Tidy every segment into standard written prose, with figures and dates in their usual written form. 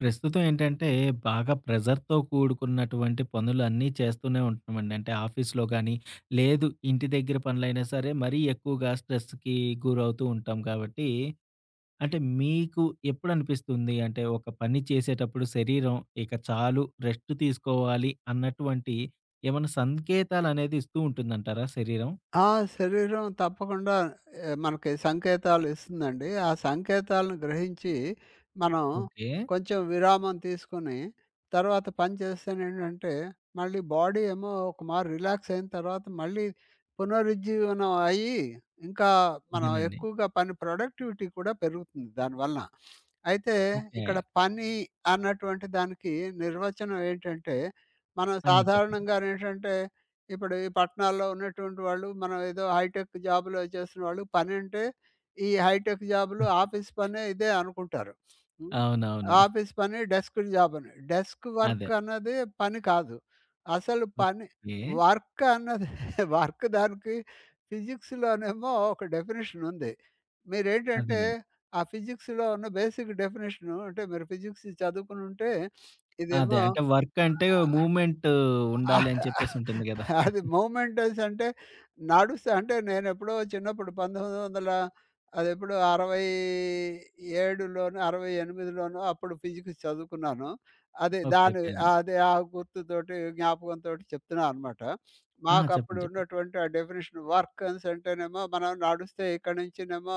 ప్రస్తుతం ఏంటంటే, బాగా ప్రెషర్‌తో కూడుకున్నటువంటి పనులన్నీ చేస్తూనే ఉంటున్నామండి. అంటే ఆఫీస్‌లో గాని, లేదు ఇంటి దగ్గర పనులైనా సరే, మరీ ఎక్కువగా స్ట్రెస్‌కి గురవుతూ ఉంటాం కాబట్టి, అంటే మీకు ఎప్పుడనిపిస్తుంది? అంటే ఒక పని చేసేటప్పుడు శరీరం ఇక చాలు రెస్ట్ తీసుకోవాలి అన్నటువంటి ఏమన్నా సంకేతాలనేది ఇస్తూ ఉంటుందంటారా శరీరం? ఆ! శరీరం తప్పకుండా మనకి సంకేతాలు ఇస్తుందండి. ఆ సంకేతాలను గ్రహించి మనం ఓకే. కొంచెం విరామం తీసుకొని తర్వాత పని చేస్తేనేంటంటే మళ్ళీ బాడీ ఏమో ఒక మారు రిలాక్స్ అయిన తర్వాత మళ్ళీ పునరుజ్జీవనం అయ్యి ఇంకా మనం అదేనండి. ఎక్కువగా పని ప్రొడక్టివిటీ కూడా పెరుగుతుంది దానివలన. అయితే ఓకే. ఇక్కడ పని అన్నటువంటి దానికి నిర్వచనం ఏంటంటే మనం ఆ! చెప్పండి. సాధారణంగానేంటంటే ఇప్పుడు ఈ పట్టణాల్లో ఉన్నటువంటి వాళ్ళు, మనం ఏదో హైటెక్ జాబ్‌లు అవి చేస్తున్న వాళ్ళు, పనంటే ఈ హైటెక్ జాబ్‌లు ఆఫీస్ పనే ఇదే అనుకుంటారు. హ్మ్. అవునవును. ఆఫీస్ పని డెస్క్ జాబ్ అని. డెస్క్ అదే. వర్క్ అన్నది పని కాదు. అసలు పని ఓకే. వర్క్ అన్నది వర్క్ దానికి ఫిజిక్స్‌లోనేమో ఒక డెఫినిషన్ ఉంది. మీరేంటంటే, అదేనండి. ఆ ఫిజిక్స్‌లో ఉన్న బేసిక్ డెఫినిషను అంటే మీరు ఫిజిక్స్ చదువుకుని ఉంటే అదే. ఇదేమో అంటే వర్క్ అంటే మూవ్‌మెంట్ ఉండాలి అని చెప్పేసి ఉంటుంది గదా! అది మూమెంటస్ అంటే నడుస్తా అంటే నేనెప్పుడో చిన్నప్పుడు 1900 అదెప్పుడు 67లోనో, 68లోనో అప్పుడు ఫిజిక్స్ చదువుకున్నాను. అదే ఓకే. ఓకే దాని అండి. అదే ఆ గుర్తుతోటి జ్ఞాపకంతోటి చెప్తున్నాననమాట. ఆ! మాకప్పుడు చెప్పండి. చెప్పండి. ఉన్నటువంటి ఆ డెఫినిషన్ వర్క్ అనేసంటేనేమో మనం నడుస్తే ఇక్కడి నుంచినేమో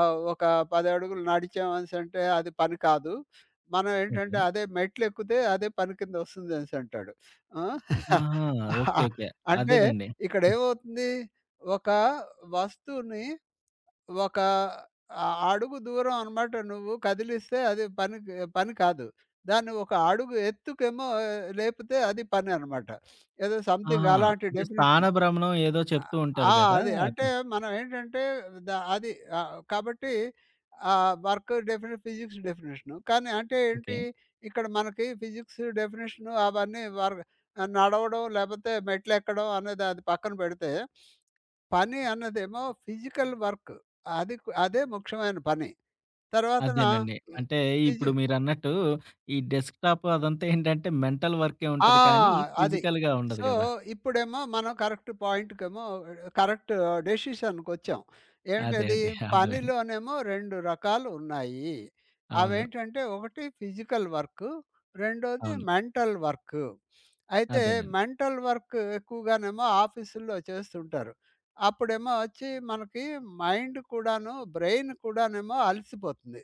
ఒక 10 అడుగులు నడిచామనేసంటే అది పని కాదు. మనం ఏంటంటే ఓకే. అదే మెట్లెక్కితే అదే పని కింద వస్తుందనేసంటాడు. ఆ! ఆహా! ఓకే. ఓకే. అంటే అదేనండి. ఇక్కడేమవుతుంది, ఒక వస్తువుని ఒక అ అడుగు దూరం అనమాట నువ్వు కదిలిస్తే అది పనికి పని కాదు. దాన్ని ఒక అడుగు ఎత్తుకేమో లేపితే అది పని అనమాట. ఏదో సంథింగ్ ఆహా! అలాంటి అంటే డెఫినిషన్. స్థానభ్రమణం ఏదో ఆ! చెప్తూ ఉంటారు ఆ! గదా! అది. అటు అంటే మనం ఏంటంటే ద అది కాబట్టి వర్క్ డెఫినిషన్, ఫిజిక్స్ డెఫినిషను. కానీ అంటే ఓకే. ఏంటి, ఇక్కడ మనకి ఫిజిక్స్ డెఫినిషను అవన్నీ వర్ నడవడం లేకపోతే మెట్లెక్కడం అనేది అది పక్కన పెడితే, పని అన్నదేమో ఫిజికల్ వర్క్. అది కు అదే ముఖ్యమైన పని. తర్వాతన అదేనండి. అంటే ఇప్పుడు ఫిజి మీరన్నట్టు ఈ డెస్క్‌టాప్ అదంతా ఏంటంటే మెంటల్ వర్కే ఆ! ఉంటది కానీ అది. ఫిజికల్‌గా ఉండదు సో, గదా! ఇప్పుడేమో మనం కరెక్ట్ డెసిషన్‌కొచ్చాం. అదే. ఏమిటది? అదే. అర్థమైంది. పనిలోనేమో 2 రకాలు ఉన్నాయి. అవును. అవేంటంటే ఒకటి ఫిజికల్ వర్క్, రెండోది అవును. Mental work. అయితే అదేనండి. మెంటల్ వర్క్ ఎక్కువగానేమో ఆఫీసుల్లో చేస్తుంటారు. అప్పుడేమో వచ్చి మనకి మైండ్ కూడాను, బ్రెయిన్ కూడానేమో అలసిపోతుంది.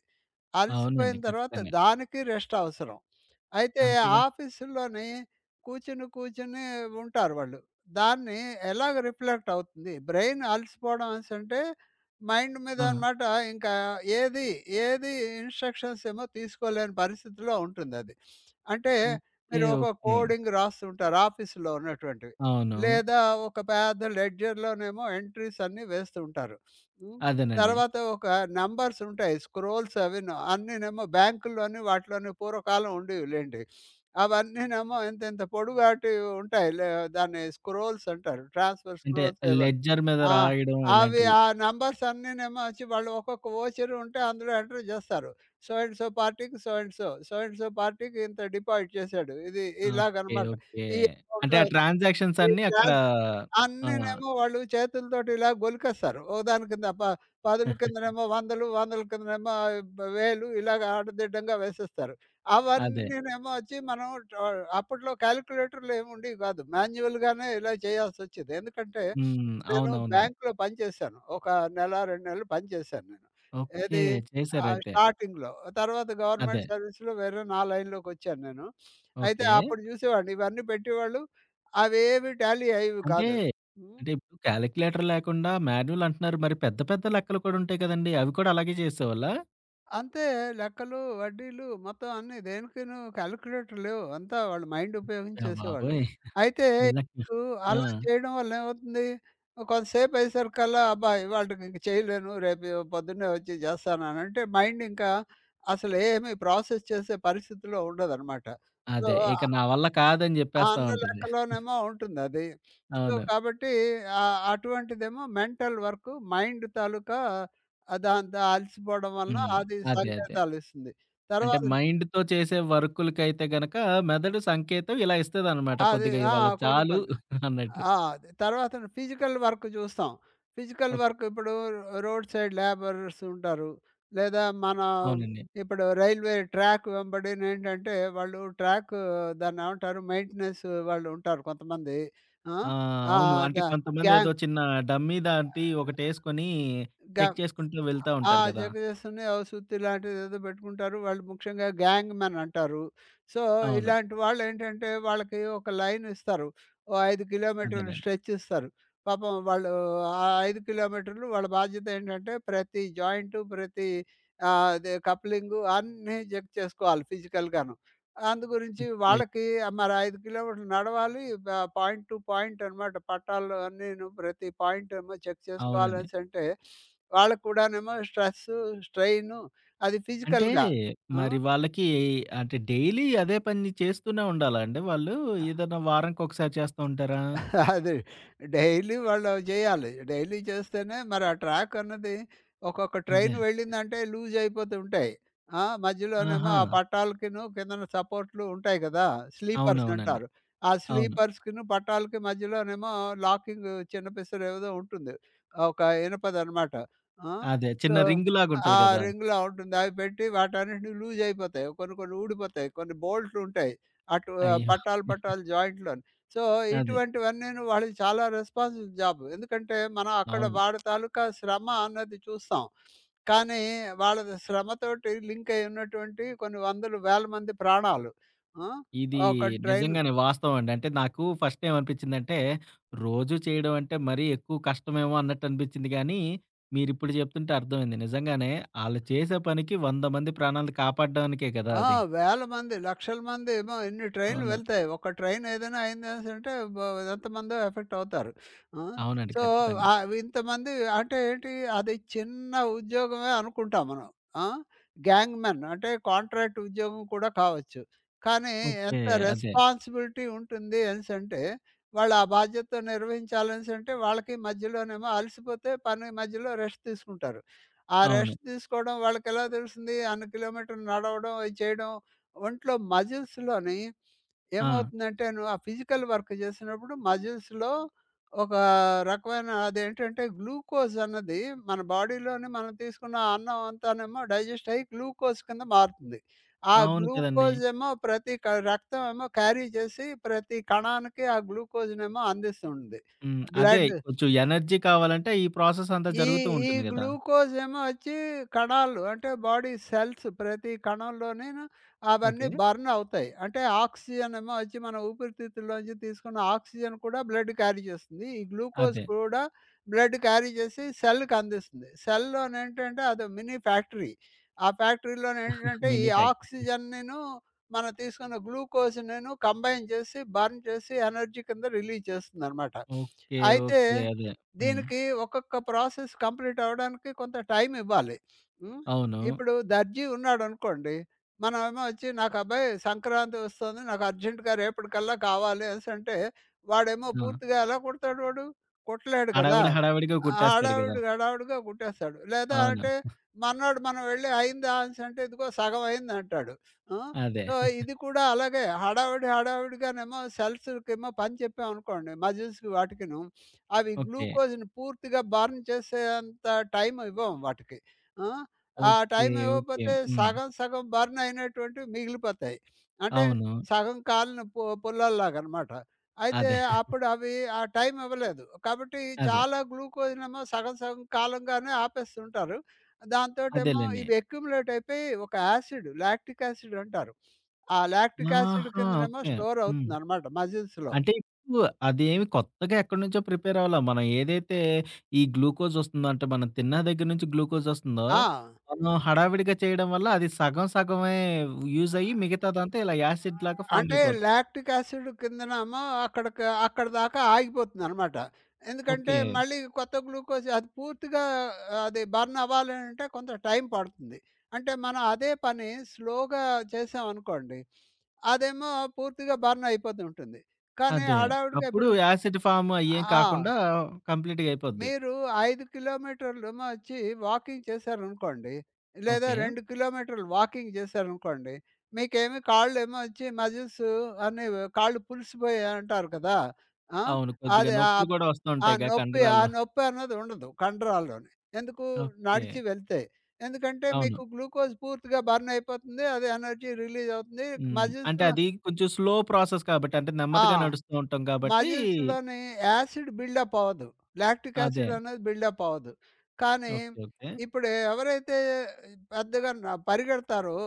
అవునండి. అలసిపోయిన తర్వాత ఖచ్చితంగా. దానికి రెస్ట్ అవసరం. అయితే అంతేగా. ఆఫీసుల్లోని కూర్చొని ఉంటారు వాళ్ళు. దాన్ని ఎలాగ రిఫ్లెక్ట్ అవుతుంది? బ్రెయిన్ అలసిపోవడం అనేసంటే మైండ్ మీద ఆ! అనమాట ఇంకా ఏది, ఏది ఇన్‌స్ట్రక్షన్స్ ఏమో తీసుకోలేని పరిస్థితిలో ఉంటుందది. అంటే ఓకే. మీరు ఒక ఓకే. కోడింగ్ రాస్తుంటారు ఆఫీసులో ఉన్నటువంటివి. అవును. లేదా ఒక పెద్ద లెడ్జర్‌లోనేమో ఎంట్రీస్ అన్నీ వేస్తూ ఉంటారు. హ్మ్. అదేనండి. తర్వాత ఒక నంబర్స్ ఉంటాయి. స్క్రోల్స్ అవిను. అన్నీనేమో బ్యాంకుల్లోని వాటిలోని పూర్వకాలం ఉండేవిలెండి. అవన్నీనేమో ఇంతింత పొడుగాటివి ఉంటాయి. దాన్ని స్క్రోల్స్ అంటారు. ట్రాన్స్‌ఫర్ అంటే స్క్రోల్స్ ఏవోని. లెడ్జర్ మీద ఆ! రాయడం అవి ఇలాంటివి. ఆ నంబర్స్ అన్నీనేమో వచ్చి వాళ్ళు ఒక్కొక్క వోచర్ ఉంటే అందులో ఎంటర్ జేస్తారు. సో అండ్ సో పార్టీకి, so and so, so and so పార్టీకి ఇంత డిపాజిట్ చేశాడు. ఇది ఆ! ఓకే. ఇలాగనమాట. ఓకే. ఈ అంటే అకౌంట్‌లో ఆ ట్రాన్సాక్షన్స్ ఈ అన్నీ అక్కడ డాన్స్ ఆ! అన్నీనేమో వాళ్ళు చేతులతోటి ఇలా గొలికేస్తారు. ఓ దాని కింద ప పదుల కిందనేమో వందలు, వందల కిందనేమో ఆహ్, బ్ వేలు ఇలాగ ఆడదిడ్డంగా వేసేస్తారు. అదే. అవన్నీనేమో వచ్చి మనం ట అప్పట్లో కాలిక్యులేటర్‌లు ఏమి ఉండేవి కాదు. మాన్యువల్‌గానే ఇలా చేయాల్సొచ్చేది. ఎందుకంటే హ్మ్. నేను అవునవునండి. బ్యాంక్‌లో పనిచేశాను. ఒక నెల, 2 నెలలు పనిచేశాను నేను. ఓకే. ఏది చేశారైతే. స్టార్టింగ్‌లో. తర్వాత అదే. గవర్నమెంట్ సర్వీస్‌లో వేరే నా లైన్‌లోకొచ్చాను నేను. అయితే ఓకే. అప్పుడు చూసేవాడిని ఇవన్నీ పెట్టేవాళ్ళు అవేవి టాలీ అయ్యేవి అంటే, కాదు. హ్మ్. అంటే ఇప్పుడు కాలిక్యులేటర్ లేకుండా మాన్యువల్ అంటున్నారు. మరి పెద్ద పెద్ద లెక్కలు కూడా ఉంటాయి కదండీ! అవి కూడా అలాగే చేసేవాళ్ళా? అంతే లెక్కలు, వడ్డీలు మొత్తం అన్నీ దేనికిను కాలిక్యులేటర్ లేవు. అంతా వాళ్ళు మైండ్ ఉపయోగించి అయ్య చేసేవాళ్ళు. బాబోయ్! అయితే నిజంగా. ఇప్పుడు ఆ! అలా చేయడం వల్ల ఏమవుతుంది, కొంతసేపు అయ్యేసరికల్లా అబ్బా! ఇవాల్టికి ఇంక చేయలేను. రేపు పొద్దున్నే వచ్చి చేస్తాననంటే మైండ్ ఇంకా అసలేమి ప్రాసెస్ చేసే పరిస్థితిలో ఉండదనమాట. సో అదే. ఇక నా వల్ల కాదని జెప్పేస్తా అన్న ఉంటది. లెక్కలోనేమో ఉంటుందది. సో, అవును. కాబట్టి అటువంటిదేమో మెంటల్ వర్కు మైండ్ తాలూకా దాంతో అలసిపోవడం వలన హ్మ్. అది అదే. సంకేతాలిస్తుంది. అంటే తర్వాత మైండ్‌తో చేసే వర్కులకైతే గనక మెదడు సంకేతం ఇలా ఇస్తదనమాట. అది కొద్దిగా ఆ! ఇవాళ కొన్ని చాలు కొన్ని. అన్నట్టు. ఆ! అది తర్వాతన ఫిజికల్ వర్క్ చూస్తాం. Physical okay. వర్క్ ఇప్పుడు రోడ్ సైడ్ లేబరర్స్ ఉంటారు. లేదా మన అవునండి. ఇప్పుడు రైల్వే ట్రాక్ వెంబడినేంటంటే వాళ్ళు ట్రాక్ దాన్నేమంటారు మెయింటెనెన్స్ వాళ్ళు ఉంటారు కొంతమంది. ఆ! ఆ! ఆ! అవును. అంటే ద కొంతమందేదో గ్యాంగ్ చిన్న డమ్మీ లాంటి ఒకటేసుకొని చెక్ గ చేసుకుంటూ వెళ్తా ఆ! ఉంటారు గదా! జగదీశ్‌ని ఓ సుత్తి లాంటిదేదో పెట్టుకుంటారు. వాళ్ళు ముఖ్యంగా గ్యాంగ్ మెన్ అంటారు. సో, అవును. ఇలాంటి వాళ్ళేంటంటే, వాళ్ళకి ఒక లైన్ ఇస్తారు. ఓ 5 కిలోమీటర్లు అదేనండి. స్ట్రెచ్ ఇస్తారు. పాపం వాళ్ళు ఆ 5 కిలోమీటర్లు వాళ్ళ బాధ్యత ఏంటంటే, ప్రతి జాయింటు, ప్రతి అదే కప్లింగు అన్నీ చెక్ చేసుకోవాలి ఫిజికల్‌గాను. అందు గురించి ఓకే. వాళ్ళకి మరి 5 కిలోమీటర్లు నడవాలి. పాయింట్ టు పాయింట్ అనమాట. పట్టాల్లో అన్నీను ప్రతి పాయింట్ ఏమో చెక్ అవునండి. చేసుకోవాలనేసంటే, వాళ్ళకి కూడానేమో స్ట్రెస్సు, స్ట్రెయిను అది అంటే ఫిజికల్‌గా. ఆ! మరి వాళ్ళకి అంటే డైలీ అదే పని చేస్తూనే ఉండాలా అండి వాళ్ళు? ఏదైనా వారానికొకసారి చేస్తా ఉంటారా? అది డైలీ వాళ్ళు చేయాలి. డైలీ చేస్తేనే మరి ఆ ట్రాక్ అన్నది ఒక్కొక్క అదే. ట్రైన్ వెళ్ళిందంటే లూజ్ అయిపోతూ ఉంటాయి. మధ్యలోనేమో ఆహా! ఆ పట్టాలకిను కిందన సపోర్ట్‌లు ఉంటాయి కదా! స్లీపర్స్ అవునవునండి. అంటారు. ఆ అవును. స్లీపర్స్‌కిను పట్టాలకి మధ్యలోనేమో లాకింగ్ చిన్న పిసరు ఏదో ఉంటుంది. ఒక ఇనపదనమాట. ఆ! అదే సో, చిన్న రింగ్ లాగుంటది ఆ గదా! రింగ్‌లా ఉంటుంది. అవి పెట్టి వాటన్నిటిని లూజ్ అయిపోతాయి. కొన్ని కొన్ని ఊడిపోతాయి. కొన్ని బోల్ట్‌లుంటాయి. అటు ఆ అయ్యో! పట్టాలు పట్టాలు జాయింట్‌లోని. సో, అదే. ఇటువంటివన్నీను వాళ్ళకి చాలా రెస్పాన్సిబుల్ జాబ్. ఎందుకంటే, మనం అక్కడ అవును. వాడి తాలూకా శ్రమ అన్నది చూస్తాం. కానీ, వాళ్ళ శ్రమతోటి లింకయ్యున్నటువంటి కొన్ని వందలు, వేల మంది ప్రాణాలు. ఆ! ఇది ఒక ట్రైన్ నిజంగానే వాస్తవం అండి. అంటే నాకు ఫస్ట్ ఏమనిపించిందంటే, రోజూ చేయడం అంటే మరీ ఎక్కువ కష్టమేమో అన్నట్టు అనిపించింది గానీ, మీరిప్పుడు చెప్తుంటే అర్థమైంది. నిజంగానే ఆళ్ళు చేసే పనికి 100 మంది ప్రాణాలు కాపాడడానికే కదా ఆ! అది. వేల మంది, లక్షల మంది ఏమో ఇన్ని ట్రైన్‌లు అవును. వెళ్తాయి. ఒక ట్రైన్ ఏదైనా అయిందనేసంటే ఎంతమందో ఎఫెక్ట్ అవుతారు. ఆ! అవునండి. సో, ఖచ్చితంగా. ఇంతమంది అంటే ఏంటి అది చిన్న ఉద్యోగమే అనుకుంటాం మనం. ఆ! గ్యాంగ్‌మెన్ అంటే కాంట్రాక్ట్ ఉద్యోగం కూడా కావచ్చు. కానీ ఓకే. ఎంత అదే. రెస్పాన్సిబిలిటీ ఉంటుంది అనేసంటే, వాళ్ళు ఆ బాధ్యత నిర్వహించాలనేసంటే వాళ్ళకి మధ్యలోనేమో అలసిపోతే పని మధ్యలో రెస్ట్ తీసుకుంటారు. ఆ అవును. రెస్ట్ తీసుకోవడం వాళ్ళకెలా తెలుస్తుంది? అన్ని కిలోమీటర్లు నడవడం, ఇది చేయడం. ఒంట్లో మజిల్స్‌లోని ఆ! ఏమవుతుందంటేను ఆ ఫిజికల్ వర్క్ చేసినప్పుడు మజిల్స్‌లో ఒక రకమైన అదేంటంటే గ్లూకోజ్ అన్నది మన బాడీలోని మనం తీసుకున్న అన్నం అంతానేమో డైజెస్ట్ అయ్యి గ్లూకోజ్ కింద మారుతుంది. ఆ అవును కదండీ. గ్లూకోజ్ ఏమో ప్రతి క రక్తం ఏమో క్యారీ చేసి ప్రతి కణానికి ఆ గ్లూకోజ్‌నేమో అందిస్తుంది. హ్మ్. అదే బ్లడ్ కొంచెం ఎనర్జీ కావాలంటే ఈ ప్రాసెస్ అంతా ఈ జరుగుతూ ఈ ఉంటుంది గదా! గ్లూకోజ్ ఏమో వచ్చి కణాలు అంటే బాడీ సెల్స్ ప్రతి కణంలోని అవన్నీ ఓకే. బర్న్ అవుతాయి. అంటే ఆక్సిజన్ ఏమో వచ్చి మన ఊపిరితిత్తుల్లోంచి తీసుకున్న ఆక్సిజన్ కూడా బ్లడ్ క్యారీ చేస్తుంది. ఈ గ్లూకోజ్ అదే. కూడా బ్లడ్ క్యారీ చేసి సెల్‌కి అందిస్తుంది. సెల్‌లోనేంటంటే అదో మినీ ఫ్యాక్టరీ. ఆ ఫ్యాక్టరీలోనేంటంటే ఈ మినీ ఫ్యాక్టరీ. ఆక్సిజన్‌నిను మనం తీసుకున్న గ్లూకోజ్‌నిను కంబైన్ చేసి బర్న్ చేసి ఎనర్జీ కింద రిలీజ్ చేస్తుందనమాట. ఓకే. అయితే ఓకే. అదే. హ్మ్. దీనికి ఒక్కొక్క ప్రాసెస్ కంప్లీట్ అవ్వడానికి కొంత టైం ఇవ్వాలి. హ్మ్. అవును. ఇప్పుడు దర్జీ ఉన్నాడనుకోండి. మనమేమో వచ్చి నాకు అబ్బాయి సంక్రాంతి వస్తుంది. నాకు అర్జెంట్‌గా రేపటికల్లా కావాలి అనేసంటే, వాడేమో ఆ! పూర్తిగా ఎలా కుడతాడు వాడు? కుట్టలేడు కదా! హడావిడి హడావిడిగా కుట్టేస్తాడు గదా! హడావిడి హడావిడిగా కుట్టేస్తాడు. లేదా అవును. అంటే మర్నాడు మనం వెళ్లి అయిందా అనేసంటే ఇదిగో సగం అయిందంటాడు. ఆ! అదే. సో, ఇది కూడా అలాగే హడావిడి హడావిడిగానేమో సెల్స్‌కేమో పని చెప్పామనుకోండి మజిల్స్‌కి వాటికిను. అవి ఓకే. గ్లూకోజ్‌ని పూర్తిగా బర్న్ చేసేంత టైమ్ ఇవ్వం వాటికి. ఆ! ఆ ఓకే. Time okay. ఇవ్వకపోతే హ్మ్. సగం సగం బర్న్ అయినటువంటివి మిగిలిపోతాయి. అంటే అవును. సగం కాలిన పుల్లల్లాగనమాట. అయితే అదే. అప్పుడు అవి ఆ టైమ్ ఇవ్వలేదు. కాబట్టి అదే. చాలా గ్లూకోజ్‌నేమో సగం సగం కాలంగానే ఆపేస్తుంటారు. దాంతోటేమో అదేలెండి. ఇవి అక్యుములేట్ అయిపోయి ఒక యాసిడ్ లాక్టిక్ యాసిడ్ అంటారు. ఆ లాక్టిక్ యాసిడ్ ఆహా! కిందనేమో ఓకే. స్టోర్ హ్మ్. అవుతుందనమాట మజిల్స్‌లో. అంటే ఇప్పుడు అదేమి కొత్తగా ఎక్కడి నుంచో ప్రిపేర్ అవ్వలా. మనం ఏదైతే ఈ గ్లూకోజ్ వస్తుందో అంటే మనం తిన్న దగ్గర నుంచి గ్లూకోజ్ వస్తుందో, ఆ! మనం హడావిడిగా చేయడం వల్ల అది సగం సగమే యూజ్ అయ్యి మిగతాదంతా ఇలా యాసిడ్ లాగా ఫామ్ అంటే అయిపోద్ది. లాక్టిక్ యాసిడ్ కిందనేమో అక్కడికి అక్కడ దాకా ఆగిపోతుందనమాట. ఎందుకంటే ఓకే. మళ్ళీ కొత్త గ్లూకోజ్ అది పూర్తిగా అది బర్న్ అవ్వాలనంటే కొంత టైం పడుతుంది. అంటే మనం అదే పని స్లోగా చేసామనుకోండి, అదేమో పూర్తిగా బర్న్ అయిపోతుంటుంది. కానీ అదే. హడావిడిగా అప్పుడు ఇప్పుడు యాసిడ్ ఫామ్ అయ్యేం ఆ! కాకుండా కంప్లీట్‌గా అయిపోద్ది. మీరు 5 కిలోమీటర్లేమో వచ్చి వాకింగ్ చేశారనుకోండి, లేదా ఓకే. 2 కిలోమీటర్లు వాకింగ్ చేశారనుకోండి, మీకేమి కాళ్ళేమో వచ్చి మజిల్స్ అన్నీ కాళ్ళు పులిసిపోయాయి అంటారు కదా! ఆ! అవును. కొద్దిగా అది నొప్పులు గూడా వస్తూ ఆ ఉంటాయిగా నొప్పి ఆ కండరాల్లో. నొప్పి అన్నది ఉండదు కండరాల్లోని. ఎందుకు? ఓకే. నడిచి వెళ్తే. ఎందుకంటే అవును. మీకు గ్లూకోజ్ పూర్తిగా బర్న్ అయిపోతుంది. అది ఎనర్జీ రిలీజ్ అవుతుంది. హ్మ్. అంటే మజిల్స్‌లో అది కొంచెం స్లో ప్రాసెస్ కాబట్టి అంటే ఆ! నెమ్మదిగా నడుస్తూ ఉంటాం కాబట్టి మజిల్స్‌లోని యాసిడ్ బిల్డప్ అవ్వదు. లాక్టిక్ అదే. యాసిడ్ అనేది బిల్డప్ అవ్వదు. కానీ ఓకే. ఓకే. ఇప్పుడు ఎవరైతే పెద్దగా పరిగెడతారో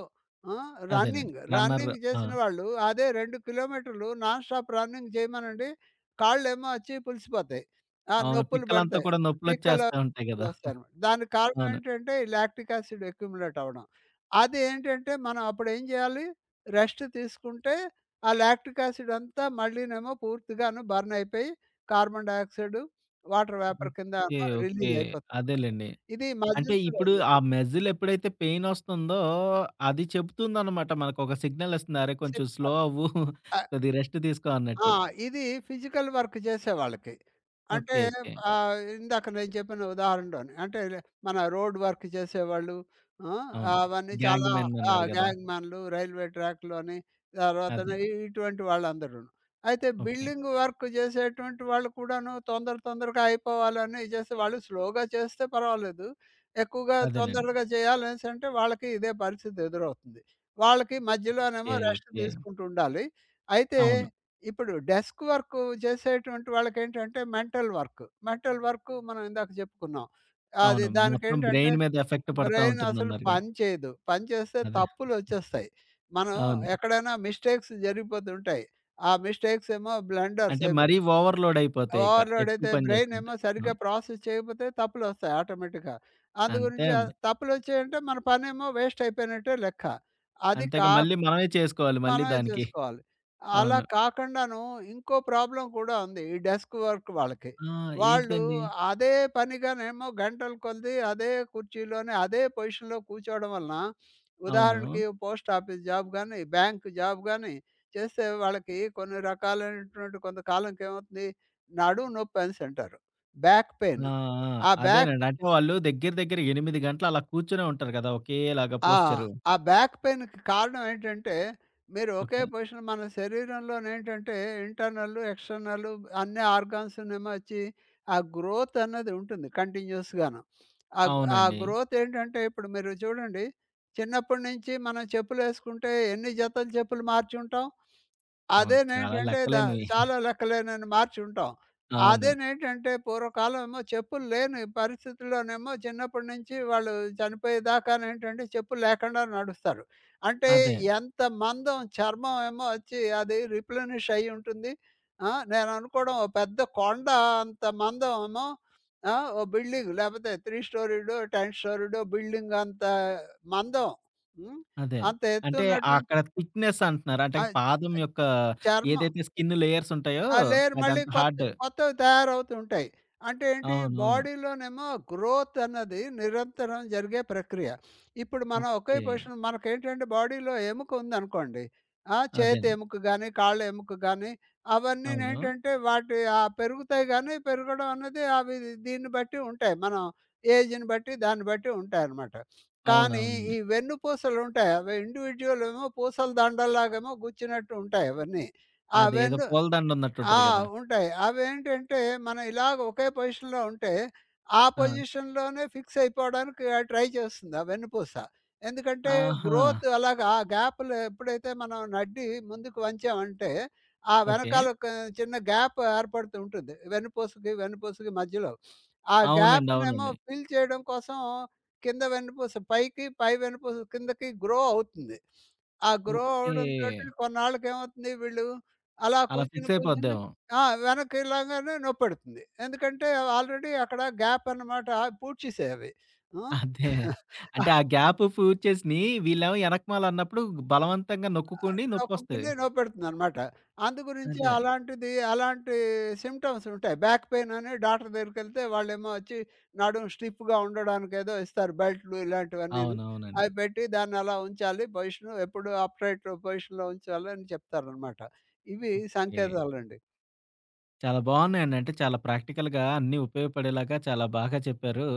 ఆ! అదేనండి. రన్నింగ్, రన్నర్ రన్నింగ్ ఆ! చేసిన వాళ్ళు అదే 2 కిలోమీటర్లు నాన్ స్టాప్ రన్నింగ్ చేయమనండి. కాళ్ళేమో వచ్చి పులిసిపోతాయి. అవును. నొప్పులు పిక్కలంతా పెడతాయి. కూడా పిక్కలు నొప్పులొచ్చేస్తా ఉంటాయి గదా! నొప్పులొస్తాయనమాట. దానికి కారణం అవును. ఏంటంటే ఈ లాక్టిక్ యాసిడ్ అక్యుములేట్ అవ్వడం. అది ఏంటంటే మనం అప్పుడు ఏం చేయాలి? రెస్ట్ తీసుకుంటే ఆ లాక్టిక్ యాసిడ్ అంతా మళ్ళీనేమో పూర్తిగాను బర్న్ అయిపోయి కార్బన్ డయాక్సైడ్, వాటర్ వేపర్ కింద ఓకే. ఓకే. రిలీజ్ అయిపోతుందనమాట. అదేలెండి. ఇది అంటే మజిల్స్‌లో ఇప్పుడు అది ఆ మజిల్ ఎప్పుడైతే పెయిన్ వస్తుందో అది చెప్తుందనమాట మనకొక సిగ్నల్ ఇస్తుంది. అరే! కొంచెం స్లో సిమ్టమ్. అవ్వు కొద్దిగా రెస్ట్ తీసుకో ఆ! అన్నట్టు. ఇది ఫిజికల్ వర్క్ చేసేవాళ్ళకి. అంటే ఓకే. ఓకే. ఇందాక నేను చెప్పిన ఉదాహరణలోనే అంటే మన రోడ్ వర్క్ చేసేవాళ్ళు, ఆ! అవును. అవన్నీ గ్యాంగ్ చాలా మెన్ ఆ! అన్నారు గదా! గ్యాంగ్ మ్యాన్‌లు, రైల్వే ట్రాక్‌లోని తర్వాత అదే. ఇటువంటి వాళ్ళందరూను. అయితే ఓకే. బిల్డింగ్ వర్క్ చేసేటువంటి వాళ్ళు కూడాను తొందర తొందరగా అయిపోవాలని చేసి వాళ్ళు స్లోగా చేస్తే పర్వాలేదు. ఎక్కువగా అదేలెండి. తొందరగా చేయాలనేసంటే వాళ్ళకి ఇదే పరిస్థితి ఎదురవుతుంది. వాళ్ళకి ఓకే. మధ్యలోనేమో rest okay. తీసుకుంటూ ఉండాలి. అయితే అవును. ఇప్పుడు డెస్క్ వర్క్ చేసేటువంటి వాళ్ళకేంటంటే మెంటల్ వర్క్. మెంటల్ వర్క్ మనం ఇందాక చెప్పుకున్నాం. అది అవును. మొత్తం దానికేంటంటే బ్రెయిన్ మీద ఎఫెక్ట్ పడతా బ్రెయిన్ అసలు ఉంటుందన్నారుగా. పని చేయదు. పని చేస్తే అదే. తప్పులొచ్చేస్తాయి. మనం అవును. ఎక్కడైనా మిస్టేక్స్ జరిగిపోతుంటాయి. ఆ మిస్టేక్స్ ఏమో బ్లండర్స్ అంటే అయిపోయి మరీ ఓవర్‌లోడ్ అయిపోతే ఇక ఓవర్‌లోడ్ ఎక్కువ అయితే పని బ్రెయిన్ జేసుకుంటే. ఏమో సరిగ్గా అవును. ప్రాసెస్ చేయకపోతే తప్పులొస్తాయి ఆటోమేటిక్‌గా. అందు అంతే గురించి అండి. తప్పులొచ్చాయంటే మన పనేమో వేస్ట్ అయిపోయినట్టే లెక్క. అది అంతేగా కా మళ్ళీ మనమే చేసుకోవాలి మళ్ళీ మనమే దానికి. చేసుకోవాలి. అలా అవును. కాకుండాను ఇంకో ప్రాబ్లమ్ కూడా ఉంది. ఈ డెస్క్ వర్క్ వాళ్ళకి. ఆ! వాళ్ళు ఏంటిదండి? అదే పనిగానేమో గంటల కొలది అదే కుర్చీలోనే, అదే పొజిషన్‌లో కూర్చోవడం వలన అవును. ఉదాహరణకి పోస్ట్ ఆఫీస్ జాబ్ గాని, బ్యాంక్ జాబ్ గాని చేస్తే వాళ్ళకి కొన్ని రకాలైనటువంటి కొంతకాలంకి ఏమవుతుంది నడుము నొప్పి అనేసి అంటారు. Back pain. ఆ! ఆ! ఆ బ్యాక్ అదేనండి. అంటే వాళ్ళు దగ్గర దగ్గర 8 గంటలు అలా కూర్చొనే ఉంటారు గదా! ఒకేలాగా ఆ! పోస్చరు. ఆ బ్యాక్ పెయిన్‌కి కారణం ఏంటంటే, మీరు ఒకే ఓకే. పొజిషన్ మన శరీరంలోనేంటంటే ఇంటర్నల్, ఎక్స్‌టర్నల్ అన్ని ఆర్గాన్స్‌నేమో వచ్చి ఆ గ్రోత్ అన్నది ఉంటుంది కంటిన్యూయస్‌గాను. ఆ అవునండి. గ్రోత్ ఏంటంటే ఇప్పుడు మీరు చూడండి చిన్నప్పటి నుంచి మనం చెప్పులేసుకుంటే ఎన్ని జతలు చెప్పులు మార్చుంటాం? ఓహ్! చాలా అదేనేంటంటే దా లెక్కలేనివి. చాలా లెక్కలేనన్ని మార్చుంటాం. అవును. అదేనేంటంటే పూర్వకాలమేమో చెప్పులు లేని పరిస్థితుల్లోనేమో చిన్నప్పటి నుంచి వాళ్ళు చనిపోయేదాకానేంటంటే చెప్పులు లేకుండా నడుస్తారు. అంటే అదే. ఎంత మందం చర్మం ఏమో వచ్చి అది రిప్లెనిష్ అయ్యి ఉంటుంది. నేననుకోవడం ఓ పెద్ద కొండ అంత మందం ఏమో ఓ బిల్డింగ్ లేపోతే 3 స్టోరీడో, 10 స్టోరీడో బిల్డింగ్ అంత మందం. హ్మ్. అదే. అంత అంటే ఎత్తున్నటువంటి అక్కడ థిక్‌నెస్ అంటున్నారు. అంటే ఆ! పాదం యొక్క చర్మం ఏదైతే స్కిన్ లేయర్స్ ఉంటాయో ఆ లేయర్ మళ్ళీ అదంతా కొత్త హార్డ్. కొత్తవి తయారవుతుంటాయి. అంటే ఏంటి అవునవును. బాడీలోనేమో గ్రోత్ అన్నది నిరంతరం జరిగే ప్రక్రియ. ఇప్పుడు మనం ఒకే ఓకే. పొజిషన్ మనకేంటంటే బాడీలో ఎముక ఉందనుకోండి. చేతి అదేండి. ఎముక గాని, కాళ్ళ ఎముక గాని అవును. అవన్నీనేంటంటే వాటి పెరుగుతాయి గానీ పెరగడం అనేది అవి దీన్ని బట్టి ఉంటాయి. మనం ఏజ్‌ని బట్టి దాన్ని బట్టి ఉంటాయనమాట. కానీ అవునవునండి. ఈ వెన్నుపూసలుంటాయి. అవి ఇండివిడ్యువల్ ఏమో పూసల దండల్లాగేమో గుచ్చినట్టు ఉంటాయి అవన్నీ. ఆ అదేదో వెన్ను పూలదండ ఆ! ఉన్నట్టుంటది కదా! ఉంటాయి. అవేంటంటే మనం ఇలాగ ఒకే పొజిషన్‌లో ఉంటే, ఆ ఆ! పొజిషన్‌లోనే ఫిక్స్ అయిపోవడానికి ట్రై చేస్తుంది ఆ వెన్నుపూస. ఎందుకంటే ఆహా! గ్రోత్ అలాగా ఆ గ్యాప్‌లో ఎప్పుడైతే మనం నడ్డి ముందుకు వంచామంటే, ఆ ఓకే. వెనకాల ఒక చిన్న గ్యాప్ ఏర్పడుతూ ఉంటుంది. వెన్నుపూసకి, వెన్నుపూసకి మధ్యలో. ఆ అవునండి. గ్యాప్‌నేమో అవునండి. ఫిల్ చేయడం కోసం కింద వెన్నుపూస పైకి, పై వెన్నుపూస కిందకి గ్రో అవుతుంది. ఆ గ్రో ఓకే. అవడంతోటి కొన్నాళ్ళకి ఏమవుతుంది వీళ్ళు అలా అలా కూర్చొని ఫిక్స్ కూర్చొని అయిపోద్దేమో. వెనక్కి లాగానే నొప్పెడుతుంది. ఎందుకంటే ఆల్రెడీ అక్కడ గ్యాప్ అన్నమాట పూడ్చేసాయవి. హ్మ్. అదే. అంటే ఆహ్, ఆ గ్యాప్ ఫ్యూచర్స్‌ని వీళ్ళేమో ఎనకమాల అన్నప్పుడు బలవంతంగా నొక్కుకొని నొప్పొస్తది. నొక్కుకుని నొప్పెడుతుందనమాట. అందుగురించి అదే. అలాంటి సింప్టమ్స్ ఉంటాయి. బ్యాక్ పెయిన్ అని డాక్టర్ దగ్గరికెళ్తే వాళ్ళేమో వచ్చి నడుం స్టిఫ్‌గా ఉండడానికేదో ఇస్తారు బెల్టులు ఇలాంటివన్నీను. అవునవునండి. అవి పెట్టి దాన్ని అలా ఉంచాలి పొజిషను. ఎప్పుడు అప్‌రైట్ పొజిషన్‌లో ఉంచాలి అని చెప్తారనమాట. ఇవి ఓకే. సంకేతాలండి. చాలా బాగున్నాయండి. అంటే చాలా ప్రాక్టికల్‌గా అన్నీ ఉపయోగపడేలాగా చాలా బాగా చెప్పారు.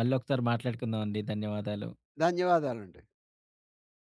మళ్ళీ ఒకసారి మాట్లాడుకుందామండి. ధన్యవాదాలు. ధన్యవాదాలండి.